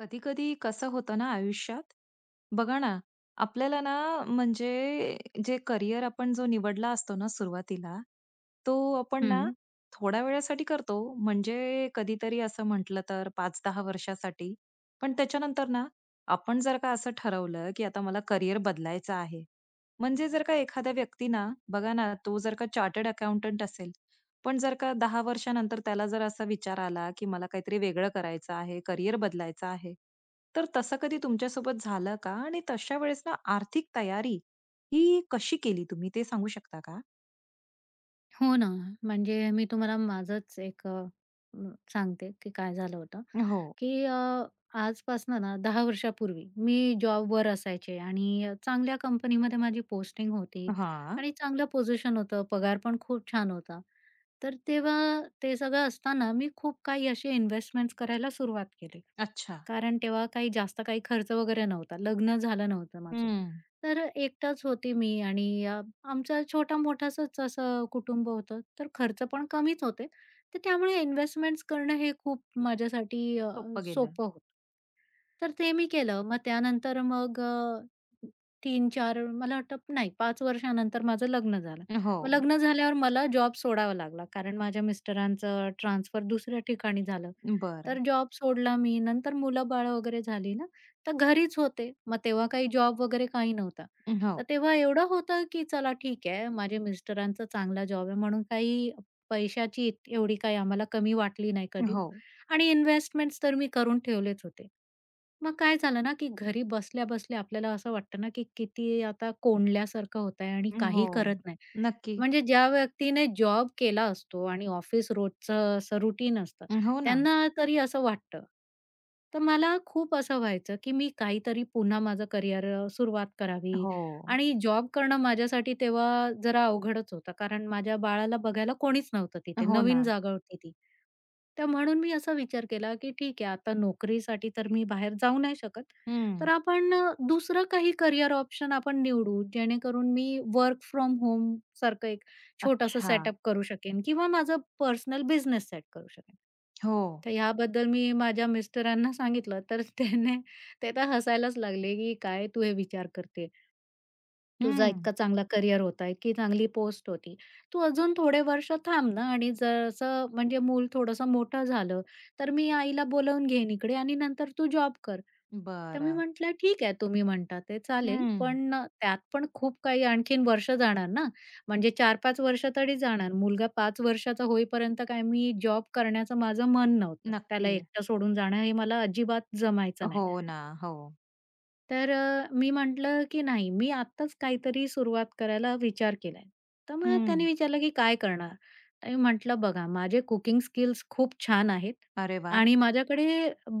कधी कधी कसं होतं ना आयुष्यात. बघा ना, आपल्याला ना, म्हणजे जे करिअर आपण जो निवडला असतो ना सुरुवातीला, तो आपण ना हं. थोड्या वेळासाठी करतो, म्हणजे कधीतरी असं म्हटलं तर 5-10 वर्षासाठी. पण त्याच्यानंतर ना, आपण जर का असं ठरवलं की आता मला करिअर बदलायचं आहे, म्हणजे जर का एखाद्या व्यक्ती ना, बघा ना, तो जर का चार्टर्ड अकाउंटंट असेल, पण जर का 10 वर्षानंतर त्याला जर असा विचार आला, की मला काहीतरी वेगळं करायचं आहे, करियर बदलायचं आहे. तर तसं कधी तुमच्यासोबत झालं का? आणि तशा वेळेस ना आर्थिक तयारी ही कशी केली तुम्ही ते सांगू शकता का? हो ना. म्हणजे मी तुम्हाला माझंच एक अ, अ, सांगते की काय झालं होतं, हो. की आजपासनं ना 10 वर्षापूर्वी मी जॉबवर असायचे आणि चांगल्या कंपनीमध्ये माझी पोस्टिंग होती हां. आणि चांगलं पोझिशन होतं, पगार पण खूप छान होता. तर तेव्हा ते सगळं असताना मी खूप काही असे इन्व्हेस्टमेंट्स करायला सुरुवात केली. अच्छा. कारण तेव्हा काही जास्त काही खर्च वगैरे नव्हता. लग्न झालं नव्हतं माझं. हं. तर एकटाच होते मी आणि आमचा छोटा-मोठासंच असं कुटुंब होतं. तर खर्च पण कमीच होते. तर त्यामुळे इन्व्हेस्टमेंट्स करणं हे खूप माझ्यासाठी सोपं गेलं. सोपं होतं. तर ते मी केलं. मग त्यानंतर मग 3-4 मला वाटतं नाही पाच वर्षानंतर माझं लग्न झालं. हो. मग लग्न झाल्यावर मला जॉब सोडावा लागला कारण माझ्या मिस्टरांचं ट्रान्सफर दुसऱ्या ठिकाणी झालं. बरं. तर जॉब सोडला मी. नंतर मुलं-बाळं वगैरे झाली ना, तर घरीच होते. मग तेव्हा काही जॉब वगैरे काही नव्हता. तर हो. तेव्हा एवढं होतं, की चला ठीक आहे, माझ्या मिस्टरांचा चांगला जॉब आहे म्हणून काही पैशाची एवढी काही आम्हाला कमी वाटली नाही कधीच हो. आणि इन्व्हेस्टमेंट्स तर मी करून ठेवलेच होते. मग काय झालं ना, की घरी बसल्या-बसल्या आपल्याला असं वाटतं ना, की किती आता कोंडल्यासारखं होत आहे आणि हो. काही करत नाही. नक्की. म्हणजे ज्या व्यक्तीने जॉब केला असतो आणि ऑफिस रोजचं असं रूटीन असतं, हो ना. त्यांना तरी असं वाटतं. तर मला खूप असं व्हायचं, की मी काहीतरी पुन्हा माझं करिअर सुरुवात करावी हो. आणि जॉब करणं माझ्यासाठी तेव्हा जरा अवघडच होतं. कारण माझ्या बाळाला बघायला कोणीच नव्हतं तिथे, हो ना. नवीन जागा होती ती. तर म्हणून मी असा विचार केला, की ठीक आहे आता नोकरीसाठी तर मी बाहेर जाऊ नाही शकत. हं. तर आपण दुसरं काही करियर ऑप्शन आपण निवडू, जेणेकरून मी वर्क फ्रॉम होम सारखं एक छोटासा अच्छा. सेटअप करू शकेन किंवा माझा पर्सनल बिझनेस सेट करू शकेन. हो. तर ह्याबद्दल मी माझ्या मिस्टरांना सांगितलं, तर त्याने ते तर हसायलाच लागले, की "काय तू हे विचार करते?" तुझा हं. इतका चांगला करियर होता, इतकी चांगली पोस्ट होती. तू अजून थोडे वर्ष थांब ना आणि जसं म्हणजे मूल थोडंसं मोठं झालं, तर मी आईला बोलावून घेईन इकडे आणि नंतर तू जॉब कर. तर मी बरं. म्हटलं, "ठीक आहे, तुम्ही म्हणता ते चालेल, हं. पण त्यात पण खूप काही आणखीन वर्ष जाणार ना, म्हणजे 4-5 वर्ष तरी जाणार. मुलगा 5 वर्षाचा होईपर्यंत काय मी जॉब करण्याचं माझं मन नव्हतं. त्याला नक्की. एकटं सोडून जाणं हे मला अजिबात जमायचं नाही." हो ना. हो. तर मी म्हटलं, की नाही मी आत्ताच काहीतरी सुरुवात करायला विचार केलाय. तर मग हं. त्याने विचारलं, की "काय करणार?" तर मी म्हटलं, "बघा माझे कुकिंग स्किल्स खूप छान आहेत अरे वाह! आणि माझ्याकडे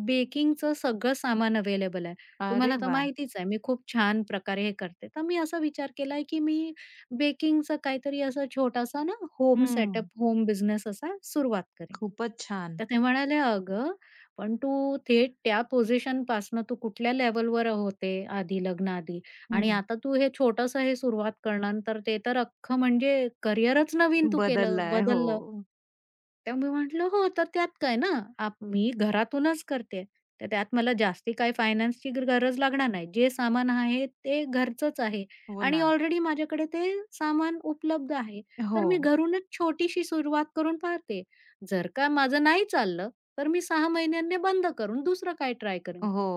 बेकिंगचं सगळं सामान अवेलेबल आहे. अरे तुम्हाला तर वाह! माहितीच आहे मी खूप छान प्रकारे हे करते." तर मी असा विचार केलाय, की मी बेकिंगचं काहीतरी असा छोटासा ना होम हं. सेटअप, होम बिझनेस असा सुरुवात करेन. खूपच छान. तर ते म्हणाले, "अगं पण तू थेट त्या पोझिशनपासनं तू कुठल्या लेव्हलवर होते आधी लग्नाआधी आणि हं. आता तू हे छोटंसं हे सुरुवात करणार, तर ते तर अख्खं म्हणजे करिअरच नवीन तू केलं, बदललाय. हो. बदललं. तर मी म्हटलं, "हो, तर त्यात काय ना, मी घरातूनच करते, तर त्यात मला जास्ती काही फायनान्सची गरज लागणार नाही. जे सामान आहे ते घरचंच आहे हो आणि ना. ऑलरेडी माझ्याकडे ते सामान उपलब्ध आहे. तर हो. मी घरूनच छोटीशी सुरुवात करून पाहते. जर का माझं नाही चाललं, तर मी 6 महिन्यांनी बंद करून दुसरं काही ट्राय करेन." हो.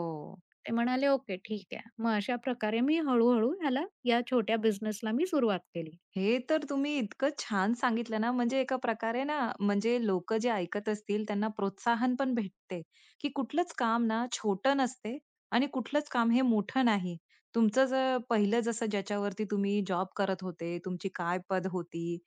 ते म्हणाले, "ओके, ठीक आहे." मग अशा प्रकारे मी हळू या छोट्या बिझनेसला मी सुरुवात केली. हे तर तुम्ही इतकं छान सांगितलं ना, म्हणजे एका प्रकारे ना, म्हणजे लोक जे ऐकत असतील त्यांना प्रोत्साहन पण भेटते, की कुठलंच काम ना छोटं नसते आणि कुठलंच काम हे मोठं नाही. तुमचं जर पहिलं जसं ज्याच्यावरती तुम्ही जॉब करत होते, तुमची काय पद होती,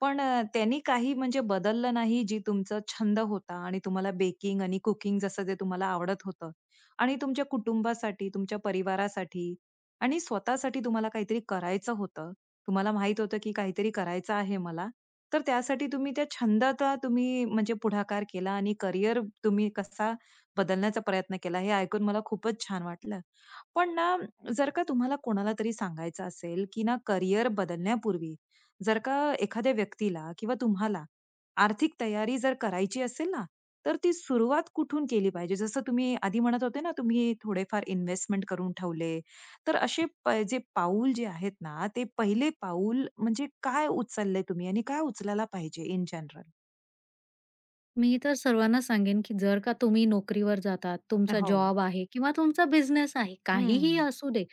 पण त्यांनी काही म्हणजे बदललं नाही, जी तुमचा छंद होता आणि तुम्हाला बेकिंग आणि कुकिंग जसं जे तुम्हाला आवडत होतं आणि तुमच्या कुटुंबासाठी, तुमच्या परिवारासाठी आणि स्वतःसाठी तुम्हाला काहीतरी करायचं होतं. तुम्हाला माहित होतं की काहीतरी करायचं आहे मला. तर त्यासाठी तुम्ही त्या छंदाचा तुम्ही म्हणजे पुढाकार केला आणि करियर तुम्ही कसा बदलण्याचा प्रयत्न केला, हे ऐकून मला खूपच छान वाटलं. पण ना, जर का तुम्हाला कोणाला तरी सांगायचं असेल, की ना करियर बदलण्यापूर्वी जर का एखाद्या व्यक्तीला किंवा तुम्हाला आर्थिक तयारी जर करायची असेल ना, तर ती सुरुवात कुठून केली पाहिजे? जसं तुम्ही आधी म्हणत होते ना, तुम्ही थोडेफार इन्व्हेस्टमेंट करून ठेवले. तर असे जे पाऊल जे आहेत ना, ते पहिले पाऊल म्हणजे काय उचलले तुम्ही आणि काय उचलायला पाहिजे इन जनरल? मी तर सर्वांना सांगेन, की जर का तुम्ही नोकरीवर जातात, तुमचा हो. जॉब आहे किंवा तुमचा बिझनेस आहे, काहीही हं. असू दे,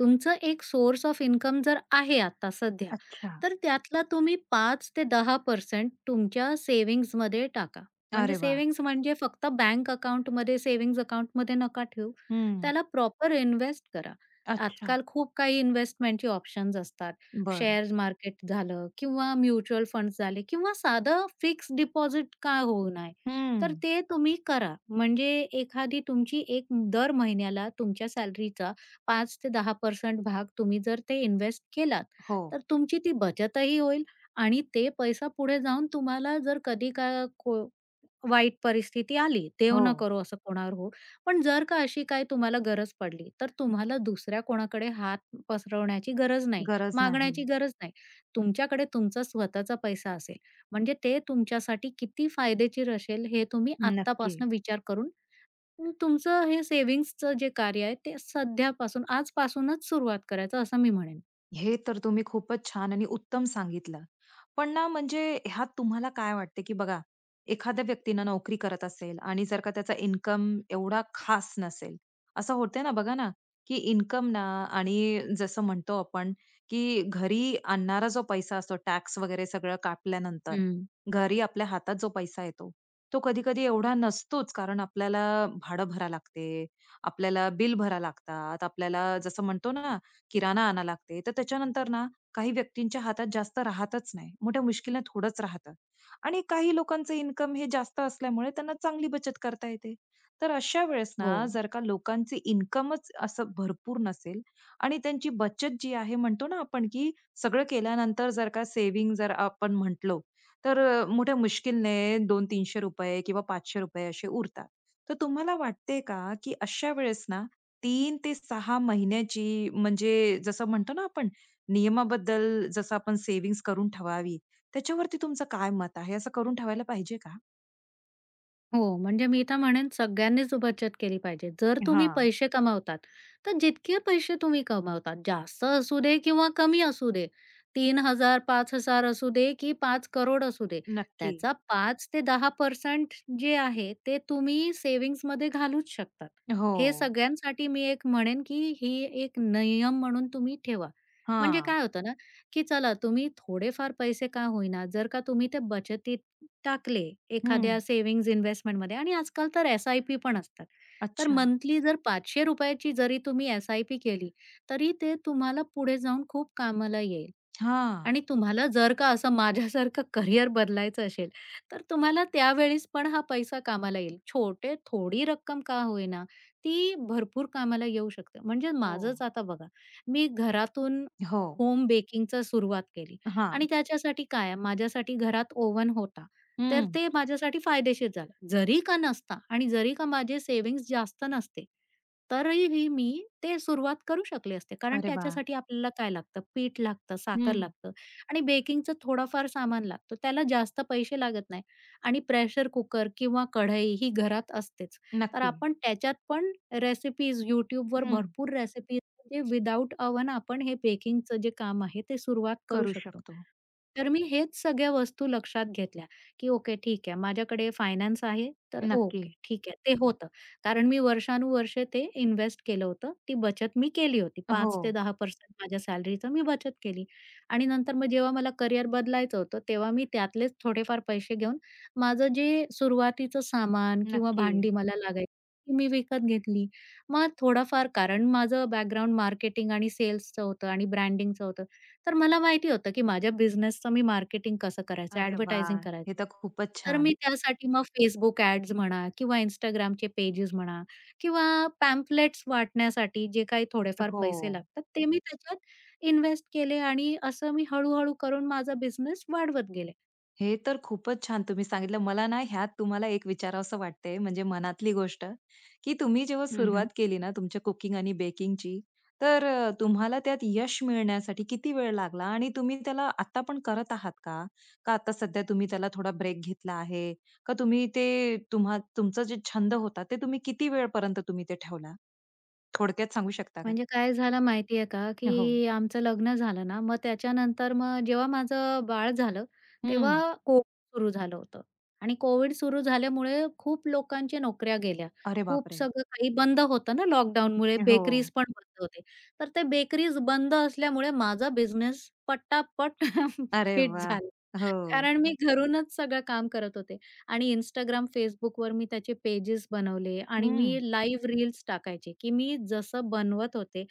तुमचं एक सोर्स ऑफ इन्कम जर आहे आता सध्या, अच्छा. तर त्यातला तुम्ही 5% ते 10% तुमच्या सेव्हिंग्जमध्ये टाका. म्हणजे अरे वाह! सेव्हिंग्ज म्हणजे फक्त बँक अकाउंटमध्ये, सेव्हिंग्ज अकाउंटमध्ये नका ठेवू. हं. त्याला प्रॉपर इन्व्हेस्ट करा. अच्छा. आजकाल खूप काही इन्व्हेस्टमेंटचे ऑप्शन्स असतात. बरं. शेअर मार्केट झालं किंवा म्युच्युअल फंड्स झाले किंवा साधं फिक्स डिपॉझिट का होऊ नये. हं. तर ते तुम्ही करा. म्हणजे एखादी तुमची एक दर महिन्याला तुमच्या सॅलरीचा 5 ते 10% भाग तुम्ही जर ते इन्व्हेस्ट केलात, हो, तर तुमची ती बचतही होईल आणि ते पैसा पुढे जाऊन तुम्हाला जर कधी का वाईट परिस्थिती आली, देव न हो. करो असं कोणावर होवो. पण जर का अशी काही तुम्हाला गरज पडली, तर तुम्हाला दुसऱ्या कोणाकडे हात पसरवण्याची गरज नाही. गरज नाही. मागण्याची गरज नाही. तुमच्याकडे तुमचा स्वतःचा पैसा असेल, म्हणजे ते तुमच्यासाठी किती फायदेशीर असेल हे तुम्ही नक्की. आत्तापासून विचार करून न तुमचं हे सेव्हिंग्जचं जे कार्य आहे ते सध्यापासून आजपासूनच सुरुवात करायचं असं मी म्हणेन. हे तर तुम्ही खूपच छान आणि उत्तम सांगितलं. पण ना, म्हणजे ह्यात तुम्हाला काय वाटते, की बघा, एखाद्या व्यक्तीनं नोकरी करत असेल आणि जर का त्याचा इन्कम एवढा खास नसेल, असं होतंय ना, बघा ना, की इन्कम ना, आणि जसं म्हणतो आपण, की घरी आणणारा जो पैसा असतो टॅक्स वगैरे सगळं कापल्यानंतर, हं. घरी आपल्या हातात जो पैसा येतो, तो कधी-कधी एवढा नसतोच. कारण आपल्याला भाडं भरावं लागते, आपल्याला बिल भरावं लागतात, आपल्याला जसं म्हणतो ना, किराणा आणावं लागते. तर त्याच्यानंतर ना, काही व्यक्तींच्या हातात जास्त राहतच नाही. मोठ्या मुश्किलनं थोडंच राहतं. आणि काही लोकांचं इन्कम हे जास्त असल्यामुळे त्यांना चांगली बचत करता येते. तर अशा वेळेस हो. ना, जर का लोकांचे इन्कमच असं भरपूर नसेल आणि त्यांची बचत जी आहे म्हणतो ना आपण, की सगळं केल्यानंतर जर का सेव्हिंग जर आपण म्हटलो, तर मोठ्या मुश्किलने ₹200-300 किंवा ₹500 असे उरतात. तर तुम्हाला वाटते का, की अशा वेळेस ना 3 ते 6 महिन्याची, म्हणजे जसं म्हणतो ना आपण, नियमाबद्दल जसं आपण सेव्हिंग्ज करून ठेवावी, त्याच्यावरती तुमचं काय मत आहे? असं करून ठेवायला पाहिजे का? हो, म्हणजे मी तर म्हणेन सगळ्यांनीच बचत केली पाहिजे. जर तुम्ही हां, पैसे कमावतात, तर जितके पैसे तुम्ही कमावतात, जास्त असू दे किंवा कमी असू दे, 3,000, 5,000 असू दे की 5 करोड असू दे, नक्की. त्याचा 5% ते 10% जे आहे, ते तुम्ही सेव्हिंग्जमध्ये घालूच शकतात. हो. हे सगळ्यांसाठी मी एक म्हणेन की ही एक नियम म्हणून तुम्ही ठेवा. म्हणजे हां. काय होतं ना, की चला तुम्ही थोडेफार पैसे का होईना, जर का तुम्ही ते बचतीत टाकले हं. एखाद्या सेव्हिंग्ज इन्व्हेस्टमेंटमध्ये आणि आजकाल तर एस-आय-पी पण असतात. तर अच्छा. मंथली जर ₹ 500 ची जरी तुम्ही एस-आय-पी केली, तरी ते तुम्हाला पुढे जाऊन खूप कामाला येईल. हां. आणि तुम्हाला जर का असं माझ्यासारखं करियर बदलायचं असेल, तर तुम्हाला त्यावेळेस पण हा पैसा कामाला येईल. छोटे थोडी रक्कम का होईना, ती भरपूर कामाला येऊ शकते. म्हणजे हो. माझंच आता बघा, मी घरातून हो. होम बेकिंगचं सुरुवात केली हां. आणि त्याच्यासाठी काय आहे, माझ्यासाठी घरात ओव्हन होता. तर हं. ते माझ्यासाठी फायदेशीर झालं. जरी का नसता आणि जरी का माझे सेव्हिंग्ज जास्त नसते, तरीही मी ते सुरुवात करू शकले असते. कारण अरे वाह! त्याच्यासाठी आपल्याला काय लागतं, पीठ लागतं, साखर हं. लागतं. आणि बेकिंगचं थोडाफार सामान लागतो. त्याला जास्त पैसे लागत नाही आणि प्रेशर कुकर किंवा कढई ही घरात असतेच. तर नक्की. आपण त्याच्यात पण रेसिपीज YouTubeवर हं. भरपूर रेसिपीज म्हणजे विदाऊट अव्हन आपण हे बेकिंगचं जे काम आहे ते सुरुवात करू करू शकतो. शकतो. तर मी हेच सगळ्या वस्तू लक्षात घेतल्या, की ओके ठीक आहे माझ्याकडे फायनान्स आहे तर नक्की. ओके ठीक आहे ते होतं. कारण मी वर्षानुवर्षे ते इन्व्हेस्ट केलं होतं. ती बचत मी केली होती. हो. 5% ते 10% माझ्या सॅलरीचं मी बचत केली. आणि नंतर मग जेव्हा मला करियर बदलायचं होतं, तेव्हा मी त्यातलेच थोडेफार पैसे घेऊन माझं जे सुरुवातीचं सामान किंवा नक्की. भांडी मला हं. लागायची, ती मी विकत घेतली. मग थोडाफार कारण माझं बॅकग्राऊंड मार्केटिंग आणि सेल्सचं होतं आणि ब्रँडिंगचं होतं. तर मला माहिती होतं, की माझ्या बिझनेसचं मी मार्केटिंग कसं करायचं, अरे ॲडव्हर्टायझिंग वाह! हे करायचं. तर खूपच तर छान. मी त्यासाठी मग Facebook ॲड्स म्हणा किंवा Instagramचे पेजेस म्हणा किंवा पॅम्फलेट्स वाटण्यासाठी जे काही थोडेफार हो. पैसे लागतात, ते मी त्याच्यात इन्व्हेस्ट केले आणि असं मी हळू-हळू करून माझा बिझनेस वाढवत गेले. हे तर खूपच छान तुम्ही सांगितलं. मला ना ह्यात तुम्हाला एक विचारावसं वाटतंय, म्हणजे मनातली गोष्ट, की तुम्ही जेव्हा हं, सुरुवात हं. केली ना तुमच्या कुकिंग आणि बेकिंगची, तर तुम्हाला त्यात यश मिळण्यासाठी किती वेळ लागला आणि तुम्ही त्याला आता पण करत आहात का? का आता सध्या तुम्ही त्याला थोडा ब्रेक घेतला आहे? का तुम्ही ते तुमचा जे छंद होता ते तुम्ही किती वेळपर्यंत तुम्ही ते ठेवला? थोडक्यात सांगू शकता का? म्हणजे काय झालं माहिती आहे का, हो. की आमचं लग्न झालं ना, मग त्याच्यानंतर मग जेव्हा माझं बाळ झालं, हं. तेव्हा कोविड सुरू झालं होतं आणि कोविड सुरू झाल्यामुळे खूप लोकांच्या नोकऱ्या गेल्या. अरे खूप बापरे! सगळं काही बंद होतं ना लॉकडाऊनमुळे, हो. बेकरीज पण बंद होते. तर ते बेकरीज बंद असल्यामुळे माझा बिझनेस पटापट अरे फिट वाह! झाला. हो. कारण मी घरूनच सगळं काम करत होते. आणि Instagram, Facebookवर मी त्याचे पेजेस बनवले आणि मी हं. लाईव्ह रील्स टाकायचे, की मी जसं बनवत होते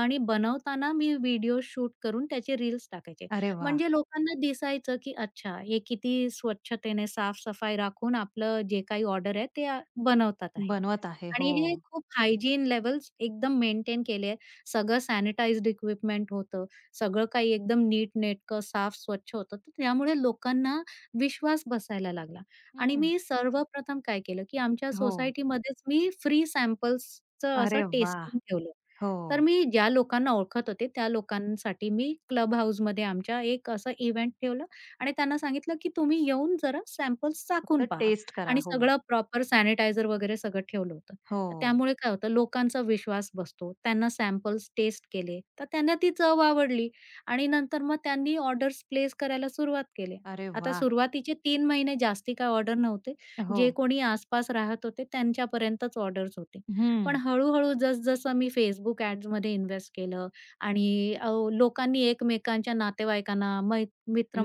आणि बनवताना मी व्हिडिओ शूट करून त्याचे रील्स टाकायचे. अरे वाह! म्हणजे लोकांना दिसायचं, की अच्छा हे किती स्वच्छतेने, साफ-सफाई राखून आपलं जे काही ऑर्डर आहे ते बनवतात आहे. बनवत आहे. हो. आणि हे खूप हायजीन लेवल्स एकदम मेंटेन केले. सगळं सॅनिटाइज्ड इक्विपमेंट होतं. सगळं काही एकदम नीट-नेटकं, साफ, स्वच्छ होतं. तर त्यामुळे लोकांना विश्वास बसायला लागला आणि हं. मी सर्वप्रथम काय केलं, की आमच्या हो. सोसायटीमध्येच मी फ्री सॅम्पल्सचं असं अरे वाह! टेस्टिंग ठेवलं. हो. तर मी ज्या लोकांना ओळखत होते, त्या लोकांसाठी मी क्लब हाऊसमध्ये आमच्या एक असं इव्हेंट ठेवलं आणि त्यांना सांगितलं, की तुम्ही येऊन जरा सॅम्पल्स चाखून फक्त पहा टेस्ट करा. आणि हो. सगळं प्रॉपर सॅनिटायझर वगैरे सगळं ठेवलं होतं. हो. त्यामुळे काय होतं लोकांचा विश्वास बसतो. त्यांना सॅम्पल्स टेस्ट केले, तर त्यांना ती चव आवडली आणि नंतर मग त्यांनी ऑर्डर्स प्लेस करायला सुरुवात केली. अरे आता वाह! सुरुवातीचे तीन महिने जास्ती काही ऑर्डर नव्हते. हो. जे कोणी आसपास राहत होते त्यांच्यापर्यंतच ऑर्डर्स होते. हं. पण हळू-हळू जसजसं मी Facebook ॲड्समध्ये इन्व्हेस्ट केलं आणि लोकांनी एकमेकांच्या नातेवाईकांना,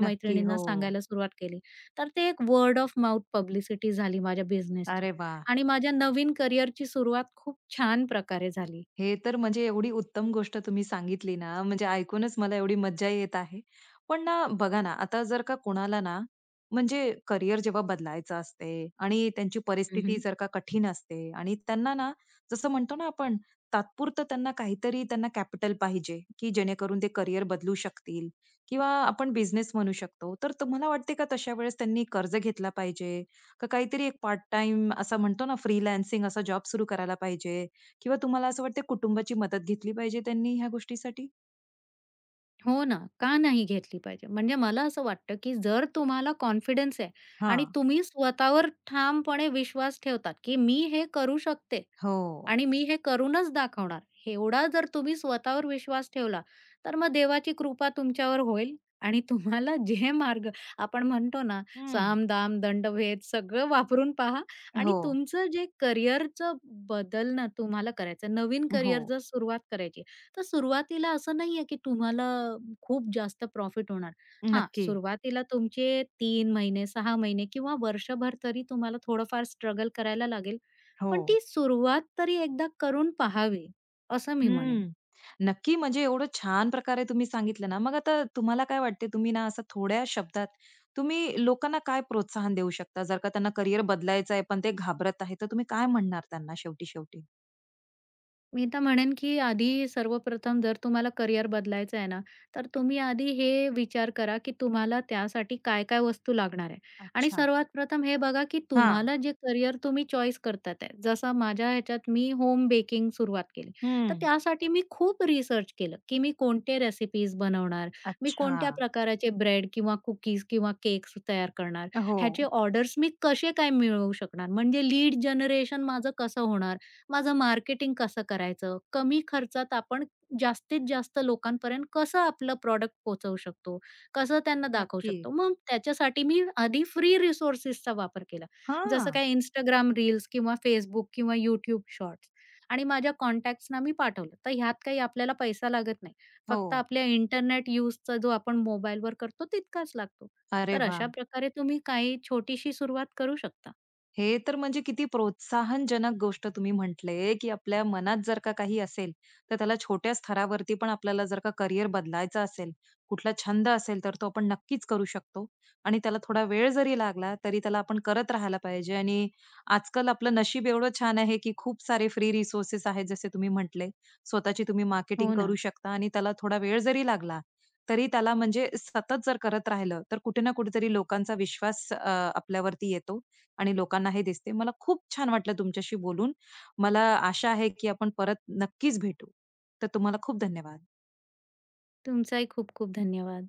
नक्की. हो. सांगायला सुरुवात केली. तर ते एक वर्ड ऑफ माउथ पब्लिसिटी झाली माझ्या बिझनेसची. अरे वाह! आणि माझ्या नवीन करिअरची सुरुवात खूप छान प्रकारे झाली. हे तर म्हणजे एवढी उत्तम गोष्ट तुम्ही सांगितली ना, म्हणजे ऐकूनच मला एवढी मज्जा येत आहे. पण ना, बघा ना, आता जर का कोणाला ना, म्हणजे करियर जेव्हा बदलायचं असते आणि त्यांची परिस्थिती हं, जर का कठीण असते आणि त्यांना ना, जसं म्हणतो ना आपण, तात्पुरतं त्यांना काहीतरी त्यांना कॅपिटल पाहिजे, की जेणेकरून ते करियर बदलू शकतील किंवा आपण बिझनेस म्हणू शकतो. तर तुम्हाला वाटते का तशा वेळेस त्यांनी कर्ज घेतला पाहिजे? का काहीतरी एक पार्ट टाईम असा म्हणतो ना, फ्रीलान्सिंग असा जॉब सुरू करायला पाहिजे? किंवा तुम्हाला असं वाटतं कुटुंबाची मदत घेतली पाहिजे त्यांनी ह्या गोष्टीसाठी? हो ना, का नाही घेतली पाहिजे? म्हणजे मला असं वाटतं, की जर तुम्हाला कॉन्फिडन्स आहे आणि हां. तुम्ही स्वतःवर ठामपणे विश्वास ठेवतात, की मी हे करू शकते हो. आणि मी हे करूनच दाखवणार. एवढा जर तुम्ही स्वतःवर विश्वास ठेवला, तर मग देवाची कृपा तुमच्यावर होईल आणि तुम्हाला जे मार्ग आपण म्हणतो ना, हं. साम-दाम, दंडभेद सगळं वापरून पहा आणि हो. तुमचं जे करिअरचं बदलणं तुम्हाला करायचं, नवीन हो. करिअर जर सुरुवात करायची, तर सुरुवातीला असं नाहीये, की तुम्हाला खूप जास्त प्रॉफिट होणार. हां, नक्की. सुरुवातीला तुमचे 3 महिने, 6 महिने किंवा वर्षभर तरी तुम्हाला थोडंफार स्ट्रगल करायला लागेल. हो. पण ती सुरुवात तरी एकदा करून पहावी, असं मी हं. म्हणेन. नक्की, म्हणजे एवढं छान प्रकारे तुम्ही सांगितलं ना, मग आता तुम्हाला काय वाटते, तुम्ही ना असं थोड्या शब्दात तुम्ही लोकांना काय प्रोत्साहन देऊ शकता? जर का त्यांना करियर बदलायचं आहे, पण ते घाबरत आहे, तर तुम्ही काय म्हणणार त्यांना शेवटी-शेवटी? मी तर म्हणेन, की आधी सर्वप्रथम जर तुम्हाला करियर बदलायचं आहे ना, तर तुम्ही आधी हे विचार करा, की तुम्हाला त्यासाठी काय-काय वस्तू लागणार आहे? आणि अच्छा. सर्वात प्रथम हे बघा, की हां. तुम्हाला जे करियर तुम्ही चॉईस करतात आहे. जसं माझ्या ह्याच्यात मी होम बेकिंग सुरुवात केली. तर हं. त्यासाठी मी खूप रिसर्च केलं, की मी कोणते रेसिपीज बनवणार? मी अच्छा. कोणत्या प्रकाराचे ब्रेड किंवा कुकीज किंवा केक्स तयार करणार? ह्याचे हो. ऑर्डर्स मी कसे काय मिळवू शकणार? म्हणजे लीड जनरेशन माझं कसं होणार? माझं मार्केटिंग कसं करायचं? कमी खर्चात आपण जास्तीत जास्त लोकांपर्यंत कसं आपलं प्रॉडक्ट पोहोचवू शकतो? कसं त्यांना दाखवू नक्की. शकतो? मग त्याच्यासाठी मी आधी फ्री रिसोर्सेसचा वापर केला. जसं हां. काय Instagram रील्स किंवा Facebook किंवा YouTube शॉर्ट्स आणि माझ्या कॉन्टॅक्ट्सना मी पाठवलं. तर ह्यात काही आपल्याला पैसा लागत नाही. फक्त हो. आपल्या इंटरनेट युजचा जो आपण मोबाईलवर करतो तितकाच लागतो. अरे तर वाह! अशा प्रकारे तुम्ही काही छोटीशी सुरुवात करू शकता. हे तर म्हणजे किती प्रोत्साहनजनक गोष्ट तुम्ही म्हटले, की आपल्या मनात जर का काही असेल, तर त्याला छोट्या स्तरावरती पण आपल्याला जर का करियर बदलायचा असेल, कुठला छंद असेल, तर तो आपण नक्कीच करू शकतो आणि त्याला थोडा वेळ जरी लागला, तरी त्याला आपण करत राहायला पाहिजे. आणि आजकाल आपलं नशीब एवढं छान आहे, की खूप सारे फ्री रिसोर्सेस आहेत, जसे तुम्ही म्हटले. स्वतःची तुम्ही मार्केटिंग हो करू ना. शकता आणि त्याला थोडा वेळ जरी लागला, तरी त्याला म्हणजे सतत जर करत राहिलं, तर कुठे ना कुठेतरी लोकांचा विश्वास आपल्यावरती येतो आणि लोकांना हे दिसते. मला खूप छान वाटलं तुमच्याशी बोलून. मला आशा आहे, की आपण परत नक्कीच भेटू. तर तुम्हाला खूप धन्यवाद. तुमचाही खूप खूप धन्यवाद.